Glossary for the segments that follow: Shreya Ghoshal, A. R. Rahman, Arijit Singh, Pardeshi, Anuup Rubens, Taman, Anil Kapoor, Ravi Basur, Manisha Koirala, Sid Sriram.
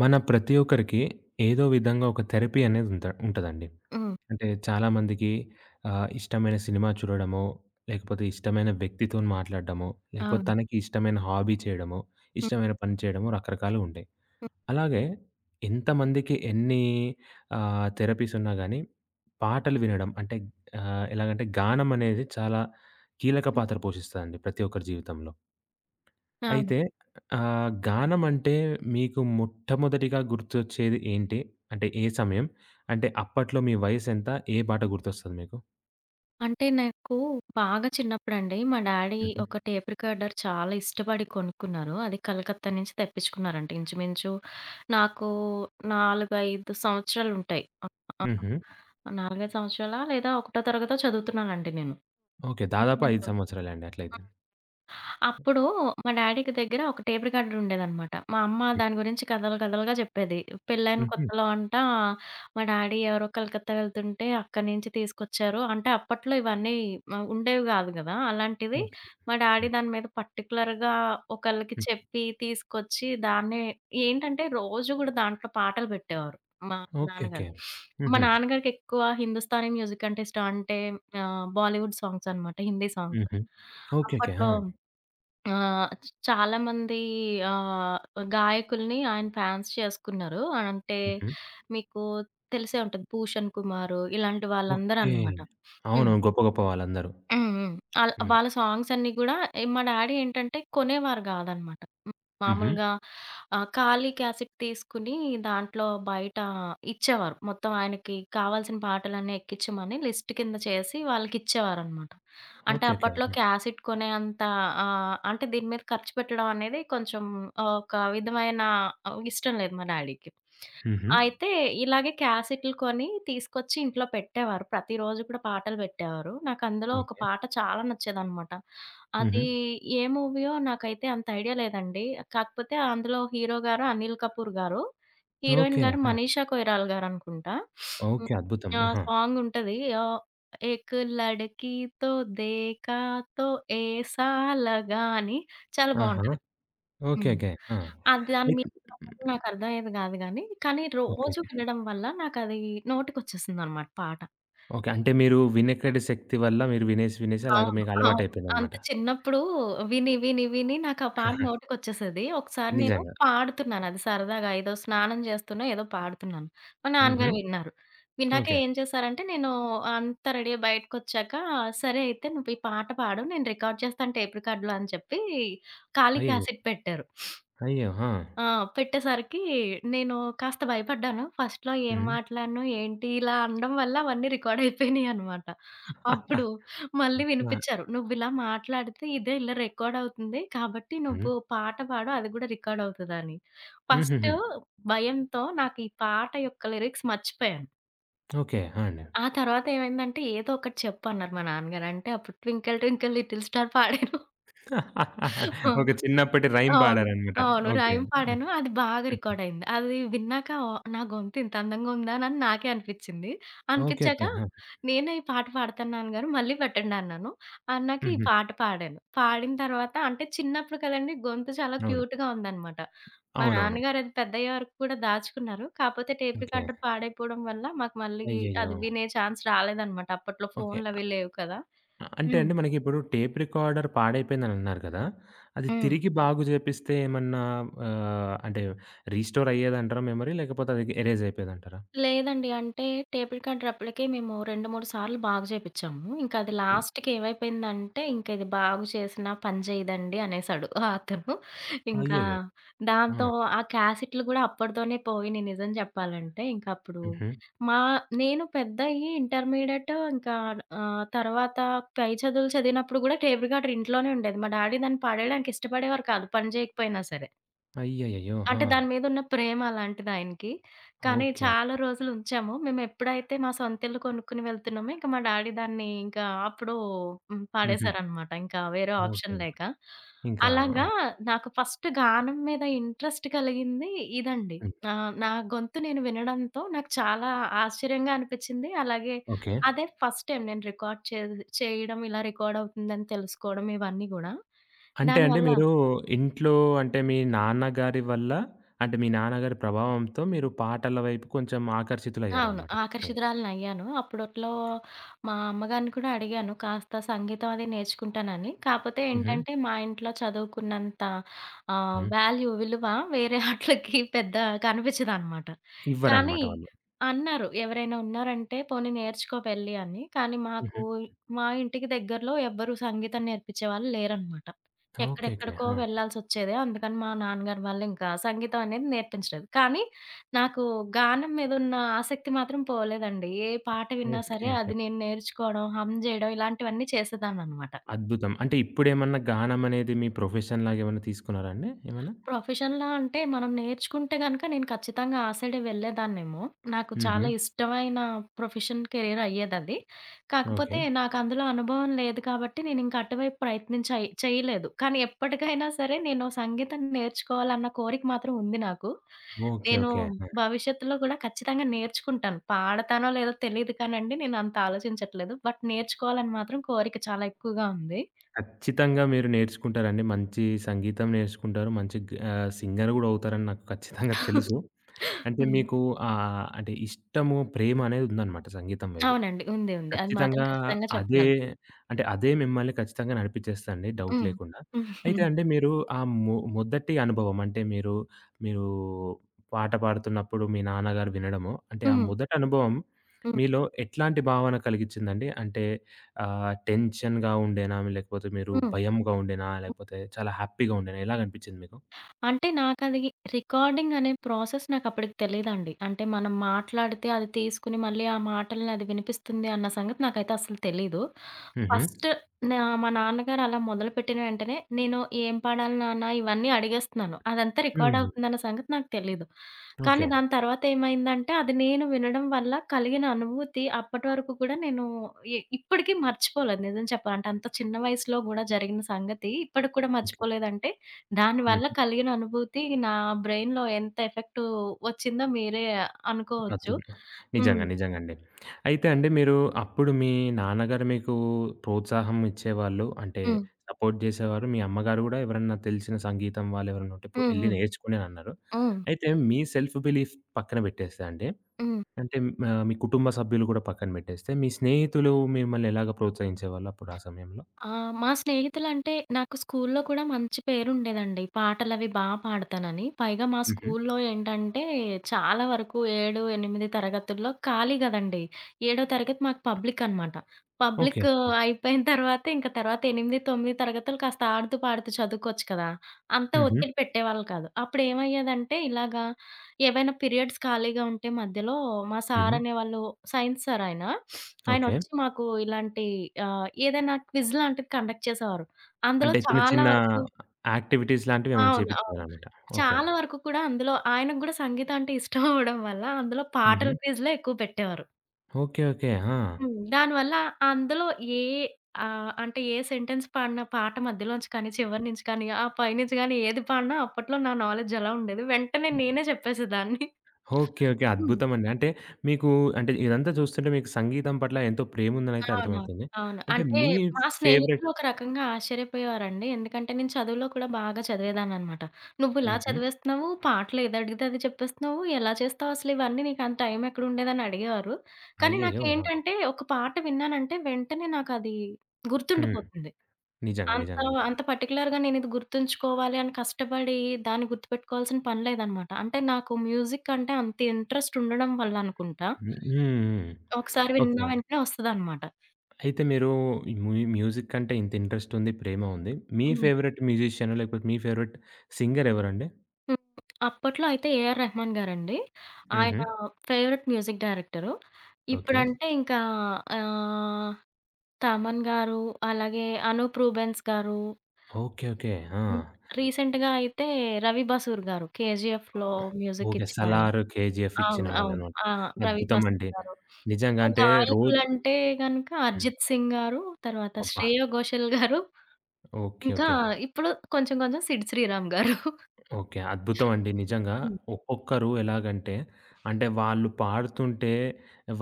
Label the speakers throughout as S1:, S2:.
S1: మన ప్రతి ఒక్కరికి ఏదో విధంగా ఒక థెరపీ అనేది ఉంటదండి.
S2: హ్మ్.
S1: అంటే చాలామందికి ఇష్టమైన సినిమా చూడడమో, లేకపోతే ఇష్టమైన వ్యక్తితోని మాట్లాడడమో, లేకపోతే
S2: అవును.
S1: తనకి ఇష్టమైన హాబీ చేయడమో,
S2: హ్మ్.
S1: ఇష్టమైన పని చేయడమో రకరకాలుగా ఉంటాయి. అలాగే ఎంతమందికి ఎన్ని థెరపీస్ ఉన్నా గానీ, పాటలు వినడం అంటే ఎలాగంటే గానం అనేది చాలా కీలక పాత్ర పోషిస్తదండి ప్రతి ఒక్కరి జీవితంలో.
S2: అవును.
S1: అయితే గానమంటే మీకు మొట్టమొదటిగా గుర్తొచ్చేది ఏంటి? అంటే ఏ సమయం? అంటే అప్పట్లో మీ వయసెంత? ఏ పాట గుర్తొస్తది మీకు?
S2: అంటే నాకు బాగా చిన్నప్పుడండి మా డ్యాడీ
S1: హుహు.
S2: ఒక టేప్ రికార్డర్ చాలా ఇష్టపడి కొనుక్కున్నారు. అది కలకత్తా నుంచి తెప్పించుకున్నారంట. ఇంచుమించు నాకు 4, 5 సంవత్సరాలుంటాయి. ఆ! ఆ!
S1: హుహు.
S2: 4, 5 సంవత్సరాలా లేదా ఒకటో తరగతో చదువుతున్నానండి నేను.
S1: ఓకే. దాదాపు 5
S2: ఇంచుమించు.
S1: సంవత్సరాలండి అట్లయితే.
S2: అప్పుడు మా డ్యాడీకి దగ్గర ఒక టేప్ రికార్డర్ ఉండేదనమాట. మా అమ్మ దాని గురించి కథలు కథలుగా చెప్పేది. పెళ్ళైన
S1: హుహు.
S2: కొత్తలో అంట మా డ్యాడీ ఎవరో కలకత్తా వెళ్తుంటే అక్కడి నుంచి తీసుకొచ్చారు. అంటే అప్పట్లో ఇవన్నీ ఉండేవి గాదు గదా! అలాంటిది
S1: ఓకే.
S2: మా డ్యాడీ
S1: హ్మ్.
S2: దాని మీద పర్టిక్యులర్‌గా ఒకళ్ళకి
S1: హ్మ్.
S2: చెప్పి తీసుకొచ్చి దాన్నే ఏంటంటే రోజు గూడా దాంట్లో పాటలు బెట్టేవారు మా
S1: ఓకే. ఓకే.
S2: నాన్నగారు. మా
S1: హుహు.
S2: నాన్నగారికి ఎక్కువ హిందుస్థానీ మ్యూజిక్ అంటే ఇష్టం. అంటే బాలీవుడ్ సాంగ్స్ అనమాట. హిందీ సాంగ్స్.
S1: హుహు. ఓకే. ఓకే.
S2: అప్పట్లో
S1: ఆ!
S2: ఆ! చ్ చాలామంది ఆహ్, గాయకుల్ని ఆయన ఫాన్స్ చేసుకున్నారు. అంటే
S1: హుహు.
S2: మీకు తెలిసే ఉంటది 'భూషణ్ కుమారు' ఇలాంటి వాళ్ళందరూ
S1: ఓకే.
S2: అనమాట. హ్మ్.
S1: అవునవును. గొప్ప గొప్ప వాళ్ళందరూ.
S2: హ్మ్. హ్మ్. ఆళ్
S1: హ్మ్.
S2: వాళ్ళ సాంగ్స్ అన్నీ గూడా మా డాడీ ఏంటంటే కొనేవారు గాదనమాట. హ్మ్.
S1: హుహు.
S2: మామూలుగా ఖాళీ క్యాసెట్ తీసుకుని దాంట్లో బయట ఇచ్చేవారు. మొత్తం ఆయనకి కావాల్సిన పాటలన్నీ ఎక్కిచ్చమని లిస్ట్ కింద చేసి వాళ్ళకిచ్చేవారనమాట. అంటే
S1: ఓకే. ఓకే.
S2: అప్పట్లో
S1: ఆ!
S2: క్యాసెట్ కొనే అంత అంటే దీని మీద ఖర్చు పెట్టడం అనేది కొంచెం ఒక విధమైన ఇష్టం లేదు మా డాడీకి.
S1: హుహు.
S2: అయితే ఇలాగే క్యాసెట్లు కొని తీసుకొచ్చి ఇంట్లో పెట్టేవారు. ప్రతిరోజు కూడా పాటలు పెట్టేవారు. నాకందులో ఒక
S1: ఓకే.
S2: పాట చాలా నచ్చేదనమాట.
S1: హుహు.
S2: అది ఏ మూవీయో నాకైతే అంత ఐడియా లేదండి. కాకపోతే అందులో హీరో గారు 'అనిల్ కపూర్' గారు, హీరోయిన్
S1: ఓకే.
S2: గారు
S1: ఆ!
S2: 'మనీషా కొయిరాలా' గారనుకుంటా. హ్మ్.
S1: ఓకే. అద్భుతం.
S2: ఆ
S1: ఆహా!
S2: సాంగుంటది. ఏక్ లడకీ తో దేఖా తో ఏసా లగా అని చాలా
S1: ఆహా!
S2: బావుంటది.
S1: ఓకే.
S2: హ్మ్.
S1: ఓకే. ఆ!
S2: అది దాని
S1: అయితే
S2: మీనింగ్
S1: హ్మ్.
S2: అప్పట్లో నాకర్థమయ్యేది గాదు గానీ, కానీ
S1: ఓకే.
S2: రోజు
S1: ఓకే.
S2: వినడం వల్ల నాకది నోటికొచ్చేసిందనమాట పాట.
S1: ఓకే. అంటే మీరు వినేకడి శక్తి వల్ల మీరు వినేసి, వినేసి అలాగ
S2: అవును.
S1: మీకు
S2: అవును.
S1: అలవాటయిపోయిందనమాట.
S2: అంత చిన్నప్పుడు విని, విని, విని నాకా పాట
S1: ఆహా!
S2: నోటికొచ్చేసేది. ఒకసారి నేను
S1: నిజంగా.
S2: పాడుతున్నానది సరదాగా ఏదో స్నానం చేస్తూనో ఏదో పాడుతున్నాను. మా
S1: హుహు.
S2: నాన్నగారు విన్నారు. విన్నాక
S1: ఓకే.
S2: ఏం చేశారంటే, నేను అంతా రెడీ అయ్యి బయటకొచ్చాక, "సరే అయితే నువ్వు ఈ పాట పాడు నేను రికార్డ్ చేస్తాను టేప్ రికార్డ్‌లో" అని చెప్పి ఖాళీ
S1: అయ్యయ్యో!
S2: క్యాసెట్ పెట్టారు.
S1: అయ్యో! ఆ!
S2: ఆ! పెట్టేసరికి నేను కాస్త భయపడ్డాను. ఫస్ట్‌లో ఏం
S1: హ్మ్.
S2: మాట్లాడను, ఏంటి ఇలా అనడం వల్ల అవన్నీ రికార్డ్ అయిపోయినాయనమాట. అప్పుడు మళ్ళీ
S1: ఆ!
S2: వినిపిచ్చారు. "నువ్విలా మాట్లాడితే ఇదే ఇలా రికార్డ్ అవుతుంది. కాబట్టి
S1: హ్మ్.
S2: నువ్వు పాట పాడు అది కూడా రికార్డ్ అవుతదని."
S1: హుహుహు.
S2: ఫస్టు భయంతో నాకు ఈ పాట యొక్క లిరిక్స్ మర్చిపోయాను.
S1: ఓకే. ఆ! అండి.
S2: ఆ తర్వాత ఏమైందంటే ఏదో ఒకటి చెప్పు అన్నారు మా నాన్నగారు. అంటే అప్పుడు 'ట్వింకిల్ ట్వింకిల్ లిటిల్ స్టార్' పాడాను.
S1: ఓకే. చిన్నప్పటి రైమ్
S2: అవును.
S1: పాడారనమాట.
S2: అవును.
S1: ఓకే.
S2: రైమ్
S1: హ్మ్.
S2: పాడాను. అది బాగా
S1: హుహు.
S2: రికార్డ్ అయింది. అది విన్నాక నా గొంతు ఇంత అందంగా ఉందా అని నాకే అనిపించింది.
S1: ఓకే. ఓకే.
S2: అనిపించాక
S1: ఆ!
S2: నేనే ఈ పాట పాడుతున్నాను గాని మళ్ళీ పెట్టండి అన్నాను. అన్నాక ఈ
S1: హుహు.
S2: పాట పాడాను. పాడిన తర్వాత అంటే చిన్నప్పుడు కదండీ గొంతు చాలా
S1: అవును.
S2: క్యూట్‌గా ఉందన్నమాట. మా
S1: అవునవును.
S2: నాన్నగారు అది పెద్దయ్యే వరకు కూడా దాచుకున్నారు. కాపోతే టేప్
S1: ఓకే.
S2: రికార్డర్ పాడైపోవడం వల్ల మాకు మళ్ళీ
S1: అయ్యయ్యో!
S2: అది వినే ఛాన్స్ రాలేదన్నమాట. అప్పట్లో
S1: ఓకే.
S2: ఫోన్‌లవి లేవు కదా!
S1: అంటే
S2: హ్మ్.
S1: అండి మనకిప్పుడు టేప్ రికార్డర్ పాడైపోయిందనన్నారు కదా! అది
S2: హ్మ్.
S1: తిరిగి బాగు చేపిస్తే ఏమన్నా అంటే రీస్టోర్ అయ్యేదంటారా మెమరీ? లేకపోతే అది ఎరేజ్ అయిపోయేదంటారా?
S2: లేదండి. అంటే టేబుల్ క్లాత్ డ్రప్పులకి మేము 2, 3 సార్లు బాగు చేపిచ్చాము. ఇంకా అది
S1: హ్మ్.
S2: లాస్ట్‌కి ఏమైపోయిందంటే, ఇంక ఇది బాగు చేసినా పని చేయదండి అనేసాడు ఆ అతను. ఇంకా
S1: అయ్యయ్యో!
S2: దాంతో
S1: ఆ!
S2: ఆ క్యాసెట్లు గూడా అప్పటితోనే పోయినియి నిజం చెప్పాలంటే. ఇంకా అప్పుడు
S1: హుహు.
S2: మా నేను పెద్దయ్యి ఇంటర్మీడియేట్ ఇంకా తర్వాత పై చదువులు చదివినప్పుడు గూడా టేబుల్ క్లాత్ ఇంట్లోనే ఉండేది. మా డాడీ దాన్ని పడేయడానికి ఇష్టపడేవారు కాదు పని చేయకపోయినా సరే.
S1: అయ్యయ్యయ్యో! ఆ!
S2: అంటే దాని మీదున్న ప్రేమ అలాంటిదాయనకి. కానీ
S1: ఓకే.
S2: చాలా రోజులుంచాము. మేమెప్పుడైతే మా సొంతిల్లు కొనుక్కుని వెళ్తున్నామో, ఇంక మా డాడీ దాన్ని ఇంకా అప్పుడు హ్మ్.
S1: హుహు.
S2: పాడేశారనమాట. ఇంకా వేరే
S1: ఓకే.
S2: ఆప్షన్ లేక.
S1: ఇంకా ఆ!
S2: అలాగా నాకు ఫస్ట్ గానం మీద ఇంట్రెస్ట్ కలిగింది ఇదండి.
S1: హ్మ్.
S2: నా గొంతు నేను వినడంతో నాకు చాలా ఆశ్చర్యంగా అనిపిచ్చింది. అలాగే
S1: ఓకే.
S2: అదే ఫస్ట్ టైం నేను రికార్డ్ చేద్ చేయడం, ఇలా రికార్డ్ అవుతుందని తెలుసుకోవడం ఇవన్నీ గూడా.
S1: అంటే అండి
S2: దానివల్ల
S1: మీరు ఇంట్లో అంటే మీ నాన్నగారి వల్ల అంటే మీ నాన్నగారి ప్రభావంతో మీరు పాటల వైపు కొంచెం
S2: అవును.
S1: ఆకర్షితులయ్యారనమాట ఖచ్చితంగా.
S2: ఆకర్షితురాలినయ్యాను. అప్పట్లో మా అమ్మగారిని కూడా అడిగాను కాస్త సంగీతం అది నేర్చుకుంటానని. కాపోతే
S1: హుహు.
S2: ఏంటంటే మా ఇంట్లో చదువుకున్నంత
S1: హ్మ్.
S2: వాల్యూ, విలువ వేరే ఆట్లకి పెద్ద కనిపించదనమాట. కానీ
S1: ఇవ్వరనమాట వాళ్ళు.
S2: అన్నారు ఎవరైనా ఉన్నారంటే పోనీ నేర్చుకో వెళ్లి అని. కానీ మాకు
S1: హుహు.
S2: మా ఇంటికి దగ్గరలో ఎవ్వరు సంగీతం నేర్పించేవాళ్ళు లేరనమాట.
S1: ఓకే. ఓకే.
S2: ఎక్కడెక్కడికో
S1: ఆ!
S2: వెళ్ళాల్సొచ్చేది. అందుకని మా నాన్నగారు వాళ్ళు ఇంకా సంగీతం అనేది నేర్పించలేదు. కానీ నాకు గానం మీదున్న ఆసక్తి మాత్రం పోలేదండి. ఏ పాట విన్నా
S1: ఓకే.
S2: సరే
S1: ఓకే.
S2: అది నేను నేర్చుకోవడం, హమ్ జేయడం ఇలాంటివన్నీ చేసేదాన్ననమాట.
S1: అద్భుతం. అంటే ఇప్పుడేమన్నా గానం అనేది మీ ప్రొఫెషన్ లాగా ఏమన్నా తీసుకున్నారా అండి ఏమన్నా?
S2: ప్రొఫెషన్‌లా అంటే మనం నేర్చుకుంటే గనక నేను ఖచ్చితంగా ఆ సైడే వెళ్ళేదాన్నేమో. నాకు
S1: హుహు.
S2: చాలా ఇష్టమైన ప్రొఫెషన్ కెరీర్ అయ్యేదది. కాకపోతే
S1: ఓకే.
S2: నాకు అందులో అనుభవం లేదు కాబట్టి నేనింక అటువైపు ప్రయత్నం చేయలేదు. కానీ ఎప్పటికైనా సరే నేను సంగీతం నేర్చుకోవాలన్న కోరిక మాత్రం ఉంది నాకు.
S1: ఓకే.
S2: నేను
S1: ఓకే. ఆ!
S2: భవిష్యత్తులో గూడా ఖచ్చితంగా నేర్చుకుంటాను. పాడతానో లేదో తెలీదు కానండి నేను అంత ఆలోచించట్లేదు. బట్ నేర్చుకోవాలని మాత్రం కోరిక చాలా ఎక్కువగా ఉంది.
S1: ఖచ్చితంగా మీరు నేర్చుకుంటారండి. మంచి సంగీతం నేర్చుకుంటారు. మంచి సింగర్ గూడా అవుతారని నాకు ఖచ్చితంగా తెలుసు. అంటే
S2: హ్మ్.
S1: మీకు అంటే ఇష్టము, ప్రేమ అనేది ఉందన్నమాట సంగీతం వైపు.
S2: అవునండి. ఉంది. ఉంది. అది మాత్రం
S1: ఖచ్చితంగా
S2: ఖచ్చితంగా
S1: అదే
S2: చెప్పగలను.
S1: అంటే అదే మిమ్మల్ని ఖచ్చితంగా నడిపిచ్చేస్తదండి డౌట్
S2: హ్మ్.
S1: లేకుండా. అయితే
S2: హ్మ్.
S1: అండి మీరు ఆ మొదటి అనుభవం అంటే మీరు, మీరు పాట పాడుతున్నప్పుడు మీ నాన్నగారు వినడము, అంటే ఆ
S2: హ్మ్.
S1: మొదటి అనుభవం
S2: హ్మ్.
S1: మీలో ఎట్లాంటి భావన కలిగిచ్చిందండి? అంటే టెన్షన్‌గా ఉండేనా? లేకపోతే మీరు
S2: హ్మ్.
S1: భయంగా ఉండేనా? లేకపోతే చాలా హ్యాపీగా ఉండేనా? ఎలాగనిపిచ్చింది మీకు?
S2: అంటే నాకది రికార్డింగ్ అనే ప్రాసెస్ నాకప్పటికి తెలీదండి. అంటే మనం మాట్లాడితే అది తీసుకుని మళ్ళీ ఆ మాటల్ని అది వినిపిస్తుంది అన్న సంగతి నాకైతే అస్సలు తెలీదు.
S1: హుహు.
S2: ఫస్ట్ నా మా నాన్నగారు అలా మొదలుపెట్టిన వెంటనే నేను ఏం పాడాలి నాన్న ఇవన్నీ అడిగేస్తున్నాను. అదంతా రికార్డ్
S1: హ్మ్.
S2: అవుతుందన్న సంగతి నాకు తెలీదు. కానీ
S1: ఓకే.
S2: దాని తర్వాత ఏమైందంటే అది నేను వినడం వల్ల కలిగిన అనుభూతి అప్పటి వరకు కూడా నేను ఇప్పటికి మర్చిపోలేదు నిజం చెప్పాలంటే. అంత చిన్న వయసులో గూడా జరిగిన సంగతి ఇప్పటికి కూడా
S1: ఓకే.
S2: మర్చిపోలేదంటే
S1: హ్మ్.
S2: దానివల్ల కలిగిన అనుభూతి నా బ్రెయిన్‌లో ఎంత ఎఫెక్టు వచ్చిందో మీరే అనుకోవచ్చు.
S1: అద్దులు.
S2: హ్మ్.
S1: నిజంగా. నిజంగండి. అయితే అండి మీరు అప్పుడు మీ నాన్నగారు మీకు ప్రోత్సాహం ఇచ్చేవాళ్ళు అంటే
S2: హ్మ్.
S1: సపోర్ట్ జేసేవారు. మీ అమ్మగారు గూడా ఎవరన్నా తెలిసిన సంగీతం వాళ్ళెవరన్నా ఉంటే పొ
S2: హ్మ్. హ్మ్.
S1: ఎళ్లి
S2: హ్మ్.
S1: నేర్చుకోండి అనన్నారు.
S2: హ్మ్.
S1: అయితే మీ సెల్ఫ్ బిలీఫ్ పక్కన బెట్టేస్తే అండి
S2: హ్మ్.
S1: అంటే మీ కుటుంబ సభ్యులు గూడా పక్కన బెట్టేస్తే మీ స్నేహితులు మిమ్మల్ని ఎలాగా ప్రోత్సహించేవాళ్ళు అప్పుడు ఆ సమయంలో?
S2: ఆ! మా స్నేహితులంటే నాకు స్కూల్లో కూడా మంచి పేరుండేదండి. పాటలవి బా పాడతానని. పైగా మా
S1: హుహు.
S2: స్కూల్లో ఏంటంటే చాలా వరకు 7, 8 తరగతుల్లో ఖాళీ గదండీ. ఏడో తరగతి మాకు పబ్లిక్ అనమాట.
S1: ఓకే.
S2: పబ్లిక్ అయిపోయిన తర్వాత ఇంక తర్వాత 8, 9 తరగతులు కాస్త ఆడుతూ పాడుతూ చదువుకోవచ్చు కదా! అంత
S1: హుహు.
S2: ఒత్తిడి పెట్టేవాళ్ళు కాదు. అప్పుడేమయ్యేదంటే ఇలాగా ఏవైనా పీరియడ్స్ ఖాళీగా ఉంటే మధ్యలో మా సార్
S1: హుహు.
S2: అనేవాళ్ళు సైన్స్ సార్ ఆయన.
S1: ఓకే.
S2: ఆయనొచ్చి మాకు ఇలాంటి ఏదైనా క్విజ్ లాంటిది కండక్ట్ చేసేవారు. అందులో
S1: అంటే చిన్న
S2: చాలా
S1: చిన్న
S2: వరకు
S1: యాక్టివిటీస్ లాంటివేమైనా
S2: అవును. అవును.
S1: చేపిచ్చేవారనమాట. ఓకే.
S2: చాలా వరకు కూడా అందులో ఆయనకు గూడా సంగీతం అంటే ఇష్టం అవ్వడం వల్ల అందులో పాటల
S1: హుహు.
S2: క్విజ్‌లే ఎక్కువ పెట్టేవారు.
S1: ఓకే. ఓకే. ఆ!
S2: హ్మ్. దానివల్ల అందులో ఏ అంటే ఏ సెంటెన్స్ పాడినా పాట మధ్యలోంచి కానీ, చివరి నుంచి కానీ, ఆ పైనుంచి గానీ ఏది పాడినా అప్పట్లో నా నాలెడ్జ్ ఎలా ఉండేది. వెంటనే నేనే చెప్పేసేదాన్ని.
S1: ఓకే. ఓకే.
S2: హ్మ్.
S1: అద్భుతమండి. అంటే మీకు అంటే ఇదంతా చూస్తుంటే మీకు సంగీతం పట్ల ఎంతో ప్రేముందనైతే
S2: అవును.
S1: అర్థమవుతుంది.
S2: అవును.
S1: అంటే
S2: అంటే
S1: మీ
S2: మా
S1: ఫేవరెట్
S2: స్నేహితులు ఒక రకంగా ఆశ్చర్యపోయేవారండి. ఎందుకంటే నేను చదువులో కూడా బాగా చదివేదాన్ననమాట. "నువ్విలా
S1: హుహు.
S2: చదివేస్తున్నావు, పాటలో ఏదడిగితే అది చెప్పేస్తున్నావు. ఎలా చేస్తావసలు ఇవన్నీ? నీకంత టైం ఎక్కడుండేదని" అడిగేవారు. కానీ
S1: అయ్యయ్యో! ఆ!
S2: నాకేంటంటే ఒక పాట విన్నానంటే వెంటనే నాకది
S1: హ్మ్.
S2: గుర్తుండిపోతుంది.
S1: నిజంగా.
S2: అంత
S1: నిజంగండి.
S2: అంత పర్టిక్యులర్‌గా నేనిది గుర్తుంచుకోవాలి అని కష్టపడి దాన్ని గుర్తుపెట్టుకోవాల్సిన పని లేదనమాట. అంటే నాకు మ్యూజిక్ అంటే అంత ఇంట్రెస్ట్ ఉండడం వల్ల అనుకుంటా.
S1: హ్మ్. హ్మ్.
S2: ఒకసారి విన్న
S1: ఓకే.
S2: వెంటనే వస్తదనమాట.
S1: అయితే మీరు ఈ మ్యూజిక్ అంటే ఇంత ఇంట్రెస్ట్ ఉంది, ప్రేమ ఉంది. మీ
S2: హ్మ్.
S1: ఫేవరెట్ మ్యూజిషియన్ లేకపోతే మీ ఫేవరెట్ సింగర్ ఎవరండి?
S2: హ్మ్. అప్పట్లో అయితే 'ఏఆర్ రెహమాన్' గారండి.
S1: హుహు.
S2: ఆయన ఫేవరెట్ మ్యూజిక్ డైరెక్టరు.
S1: ఓకే.
S2: ఇప్పుడంటే ఇంకా ఆహ్, 'తమన్' గారు, అలాగే అనూప్ రూబెన్స్ గారు,
S1: ఓకే. ఓకే. ఆ!
S2: హ్మ్. రీసెంట్‌గా అయితే 'రవి బసూర్' గారు 'కేజీఎఫ్‌లో' మ్యూజిక్
S1: ఓకే.
S2: ఇచ్చిన ఆయన.
S1: 'సలార్', 'కేజీఎఫ్' ఇచ్చిన
S2: అవును. అవును.
S1: వాళ్ళనమాట.
S2: ఆ! 'రవి బసూర్'
S1: అద్భుతమండి.
S2: గారు.
S1: నిజంగా
S2: ఇంకా
S1: అంటే రోజు
S2: గాయకులంటే గనక
S1: హ్మ్.
S2: 'అర్జిత్ సింగ్' గారు, తర్వాత
S1: అబ్బా!
S2: 'శ్రేయ ఘోషల్' గారు,
S1: ఓకే.
S2: ఇంకా
S1: ఓకే.
S2: ఇప్పుడు కొంచెం కొంచెం 'సిద్ శ్రీరామ్' గారు.
S1: ఓకే. అద్భుతం అండి. నిజంగా
S2: హ్మ్.
S1: ఒక్కొక్కరు ఎలాగంటే, అంటే వాళ్ళు పాడుతుంటే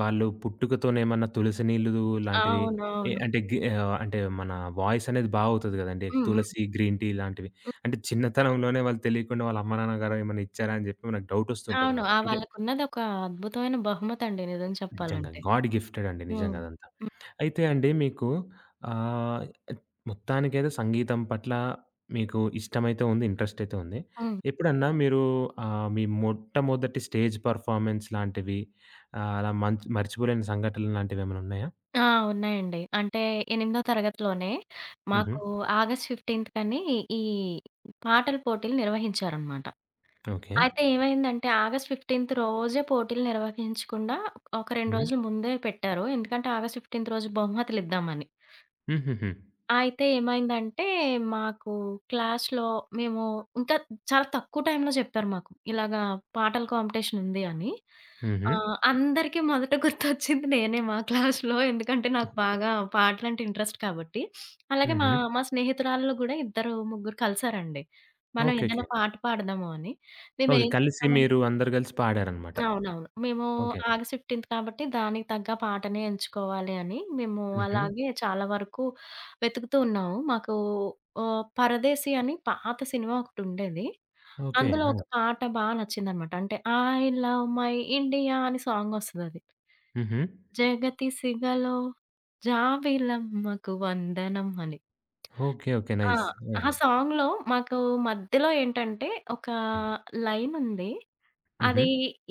S1: వాళ్ళు పుట్టుకతోనేమన్నా తులసి నీళ్ళు లాంటివి ఎ
S2: అవునవును.
S1: అంటే గి ఆహ్, అంటే మన వాయిస్ అనేది బావుతది గదండీ.
S2: హ్మ్. హ్మ్.
S1: తులసి, గ్రీన్ టీ లాంటివి. అంటే చిన్నతనంలోనే వాళ్ళు తెలియకుండా వాళ్ళ అమ్మ, నాన్నగారు ఏమన్నా ఇచ్చారా అని జెప్పి మనకు డౌట్
S2: అవును.
S1: వస్తుంటదనమాట.
S2: ఆ!
S1: అంటే
S2: వాళ్ళకున్నదొక అద్భుతమైన బహుమతండి నిజం హ్మ్.
S1: నిజంగా.
S2: చెప్పాలంటే.
S1: గాడ్ గిఫ్టెడ్ అండి
S2: హ్మ్.
S1: నిజంగా అదంతా.
S2: హ్మ్.
S1: అయితే అండి మీకు ఆహ్, మొత్తానికైతే సంగీతం పట్ల మీకు ఇష్టమైతే ఉంది. ఇంట్రెస్ట్ అయితే ఉంది.
S2: హ్మ్.
S1: ఎప్పుడన్నా మీరు మీ మొట్టమొదటి స్టేజ్ పెర్ఫార్మన్స్ లాంటివి అలా మంచ్ మర్చిపోలేని సంఘటనలు లాంటివేమైనా ఉన్నాయా?
S2: ఆ! ఉన్నాయండి. అంటే ఎనిమిదో తరగతిలోనే
S1: హుహు.
S2: మాకు ఆగస్ట్ 15 కని ఈ పాటల పోటీలు నిర్వహించారనమాట.
S1: ఓకే.
S2: అయితే ఏమైందంటే ఆగస్ట్ 15 రోజే పోటీలు నిర్వహించకుండా ఒక 2
S1: హ్మ్.
S2: రోజులు ముందే పెట్టారు. ఎందుకంటే ఆగస్ట్ 15 రోజు బహుమతులిద్దామని.
S1: హుహుహు.
S2: అయితే ఏమైందంటే, మాకు క్లాస్‌లో మేము ఇంకా చాలా తక్కువ టైంలో చెప్పారు మాకు. ఇలాగా పాటల కాంపిటీషన్ ఉంది అని.
S1: హుహు.
S2: అందరికీ మొదట గుర్తొచ్చింది నేనే మా క్లాస్‌లో. ఎందుకంటే, నాకు బాగా పాటలంటే ఇంట్రెస్ట్ కాబట్టి. అలాగే మా
S1: హుహు.
S2: మా స్నేహితురాల్లో గూడా ఇద్దరు, ముగ్గురు కలిసారండి. మనం
S1: ఓకే. ఓకే.
S2: ఏదైనా పాట పాడదాము అని.
S1: ఓకే.
S2: మేమేం
S1: కలిసి
S2: చేసామం
S1: మీరు అందరూ కలిసి పాడారనమాట.
S2: అవునవును. మేము
S1: ఓకే.
S2: ఆగస్ట్ 15 కాబట్టి దానికి తగ్గ పాటనే ఎంచుకోవాలి అని మేము
S1: హుహు.
S2: అలాగే చాలా వరకు వెతుకుతూ ఉన్నాము. మాకు 'పరదేశి' అని పాత సినిమా ఒకటుండేది.
S1: ఓకే.
S2: అందులో
S1: ఆ!
S2: ఒక పాట బా నచ్చిందనమాట. అంటే 'ఐ లవ్ మై ఇండియా' అని సాంగొస్తదది.
S1: హుహు.
S2: జగతి సిగలో జాబిలమ్మకు వందనం అని.
S1: ఓకే. ఓకే.
S2: ఆ!
S1: నైస్.
S2: ఆ
S1: యాహ్!
S2: సాంగ్‌లో మాకు మధ్యలో ఏంటంటే ఒక
S1: హ్మ్.
S2: లైనుంది
S1: హుహు.
S2: అది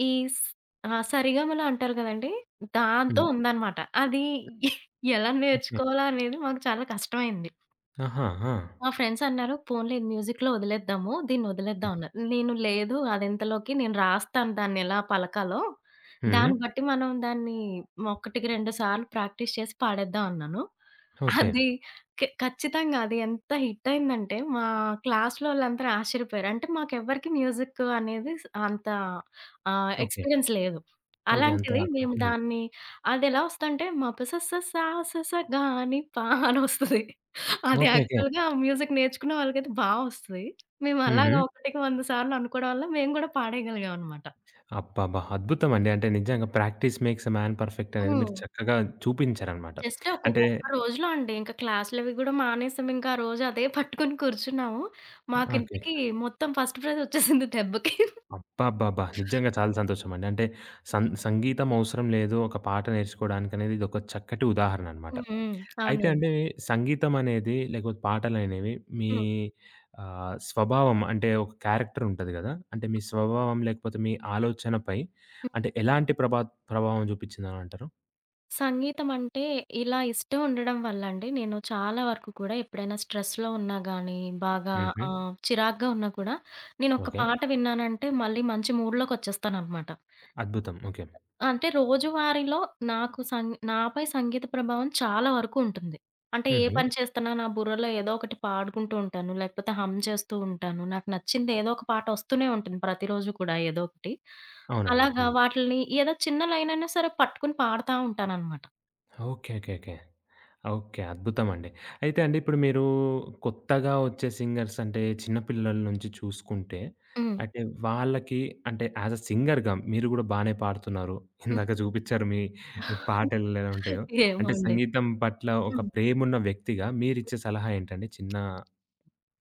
S2: ఈ స్ ఆ! సరిగమలు అంటారు గదండీ! దాంతో
S1: హ్మ్.
S2: అవును. ఉందనమాట. అది ఎలా
S1: ఓకే.
S2: నేర్చుకోవాలా అనేది మాకు చాలా కష్టమైంది.
S1: ఆహా! ఆ!
S2: మా ఫ్రెండ్స్ అన్నారు, "పోన్లే ఇది మ్యూజిక్‌లో వదిలేద్దాము.
S1: హ్మ్.
S2: దీన్నొదిలేద్దాం" అన్నారు. నేను లేదు అదెంతలోకి నేను రాస్తాను దాన్నెలా పలకాలో.
S1: హ్మ్.
S2: దాన్ని బట్టి మనం దాన్ని ఒకటికి 2 సార్లు ప్రాక్టీస్ చేసి పాడేద్దాం అన్నాను.
S1: ఓకే.
S2: అది ఖచ్చితంగా అది ఎంత హిట్ అయిందంటే మా క్లాస్‌లో వాళ్ళందరూ ఆశ్చర్యపోయారు. అంటే మాకెవ్వరికీ మ్యూజిక్ అనేది అంత
S1: ఓకే.
S2: ఎక్స్‌పీరియన్స్ లేదు.
S1: ఓకే. అంతా
S2: అలాంటిది మేము
S1: హ్మ్.
S2: దాన్ని అదెలా వస్తదంటే మపసస సాసస గాని పా అనొస్తది. అది
S1: ఓకే. ఓకే.
S2: యాక్చువల్‌గా మ్యూజిక్ నేర్చుకున్న వాళ్ళకైతే బా వస్తది. మేము
S1: హుహు.
S2: అలాగా ఒకటికి 100 సార్లు అనుకోవడం వల్ల మేము గూడా పాడేయగలిగామనమాట.
S1: అబ్బబ్బా! అద్భుతమండి. అంటే నిజంగా practice makes a man perfect అనేది మీరు
S2: హ్మ్.
S1: చక్కగా చూపించారనమాట.
S2: జస్ట్ ఒక
S1: అంటే
S2: ఒక్క రోజులో అండి. ఇంకా క్లాసులవి గూడా మానేసాం. ఇంకా ఆ రోజు అదే పట్టుకొని కూర్చున్నాము.
S1: ఓకే.
S2: మాకింతకి మొత్తం ఫస్ట్ ప్రైజ్ వచ్చేసింది దెబ్బకి.
S1: అబ్బబ్బబ్బా! నిజంగా చాలా సంతోషమండి. అంటే సంగీతం అవసరం లేదు ఒక పాట నేర్చుకోవడానికనేది ఇదొక చక్కటి ఉదాహరణ అనమాట.
S2: హ్మ్. హ్మ్.
S1: అయితే
S2: అవునండి.
S1: అండి సంగీతం అనేది లేకపోతే పాటలనేవి మీ
S2: హ్మ్.
S1: స్వభావం అంటే ఒక క్యారెక్టర్ ఉంటది గదా! అంటే మీ స్వభావం లేకపోతే మీ ఆలోచనపై అంటే ఎలాంటి ప్రభావం చూపించిందని అంటారు?
S2: సంగీతం అంటే ఇలా ఇష్టం ఉండడం వల్లండి నేను చాలా వరకు కూడా ఎప్పుడైనా స్ట్రెస్‌లో ఉన్నా గానీ, బాగా
S1: హుహు.
S2: చిరాకుగా ఉన్నా కూడా నేనొక
S1: ఓకే.
S2: పాట విన్నానంటే మళ్ళీ మంచి మూడ్‌లోకొచ్చేస్తాననమాట.
S1: అద్భుతం. ఓకే.
S2: అంటే రోజువారీలో నాకు సం నాపై సంగీత ప్రభావం చాలా వరకు ఉంటుంది. అంటే ఏ
S1: హుహు.
S2: పని చేస్తున్నా నా బుర్రలో ఏదో ఒకటి పాడుకుంటూ ఉంటాను. లేకపోతే హమ్ చేస్తూ ఉంటాను. నాకు నచ్చింది ఏదో ఒక పాట వస్తూనే ఉంటుంది ప్రతిరోజు కూడా ఏదో ఒకటి.
S1: అవునండి.
S2: అలాగా
S1: హ్మ్.
S2: వాటిల్ని ఏదో చిన్న లైన్ అయినా సరే పట్టుకొని పాడుతా ఉంటాననమాట.
S1: ఓకే. ఓకే. ఓకే. ఓకే. అద్భుతమండి. అయితే అండి ఇప్పుడు మీరు కొత్తగా వచ్చే సింగర్స్ అంటే చిన్న పిల్లల నుంచి చూసుకుంటే,
S2: హ్మ్.
S1: అంటే వాళ్ళకి అంటే యాస్ ఎ సింగర్‌గా మీరు గూడా బానే పాడుతున్నారు. ఇందాక చూపిచ్చారు మీ పాటలెలా ఉంటాయో.
S2: ఏమో
S1: అంటే
S2: అండి.
S1: సంగీతం పట్ల ఒక
S2: హ్మ్.
S1: ప్రేమున్న వ్యక్తిగా మీరిచ్చే సలహా ఏంటండి చిన్న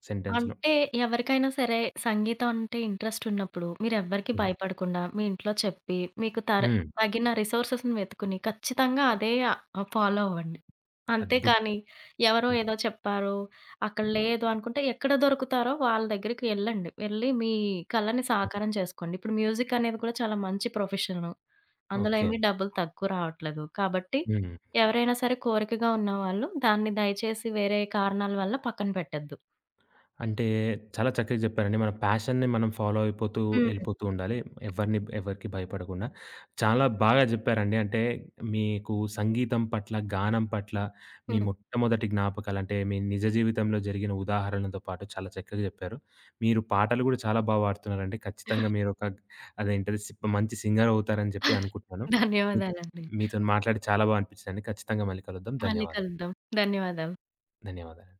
S1: సెంటెన్స్‌లో?
S2: అంటే ఎవరికైనా సరే సంగీతం అంటే ఇంట్రెస్ట్ ఉన్నప్పుడు మీరెవ్వరికీ
S1: హ్మ్.
S2: భయపడకుండా మీ ఇంట్లో చెప్పి మీకు
S1: హ్మ్.
S2: తగిన రిసోర్సెస్‌ని వెతుకుని ఖచ్చితంగా అదే ఫాలో అవ్వండి.
S1: అద్భుతం.
S2: అంతేకాని ఎవరో
S1: హ్మ్.
S2: ఏదో చెప్పారు, అక్కడ
S1: హ్మ్.
S2: లేదు అనుకుంటే ఎక్కడ దొరుకుతారో వాళ్ళ దగ్గరికి వెళ్ళండి. వెళ్ళి మీ కలని
S1: ఓకే.
S2: సాకారం చేసుకోండి. ఇప్పుడు మ్యూజిక్ అనేది కూడా చాలా మంచి ప్రొఫెషను. అందులో
S1: ఓకే.
S2: ఏమి డబ్బులు తక్కువ రావట్లేదు. కాబట్టి
S1: హ్మ్.
S2: ఎవరైనా సరే కోరికగా ఉన్నవాళ్ళు దాన్ని దయచేసి వేరే కారణాల వల్ల పక్కన పెట్టొద్దు.
S1: అంటే చాలా చక్కగా చెప్పారండి. మన ప్యాషన్‌ని మనం ఫాలో అయిపోతూ
S2: హ్మ్.
S1: ఎళ్ళిపోతూ ఉండాలి. ఎవరిని ఎవరికీ భయపడకుండా. చాలా బాగా చెప్పారండి. అంటే మీకు సంగీతం పట్ల, గానం పట్ల మీ
S2: హ్మ్.
S1: మొట్టమొదటి జ్ఞాపకాలు అంటే మీ నిజ జీవితంలో జరిగిన ఉదాహరణలతో పాటు చాలా చక్కగా చెప్పారు. మీరు పాటలు కూడా చాలా బా పాడుతున్నారండి. ఖచ్చితంగా మీరొక అదేంటది సి మంచి సింగర్ అవుతారని చెప్పి అనుకుంటున్నాను. మీ
S2: ధన్యవాదాలండి.
S1: మీతోని మాట్లాడి చాలా బా అనిపించిందండి. ఖచ్చితంగా మళ్ళీ కలుద్దాం.
S2: మళ్ళీ
S1: ధన్యవాదాలు.
S2: కలుద్దాం. ధన్యవాదాలు.
S1: ధన్యవాదాలు.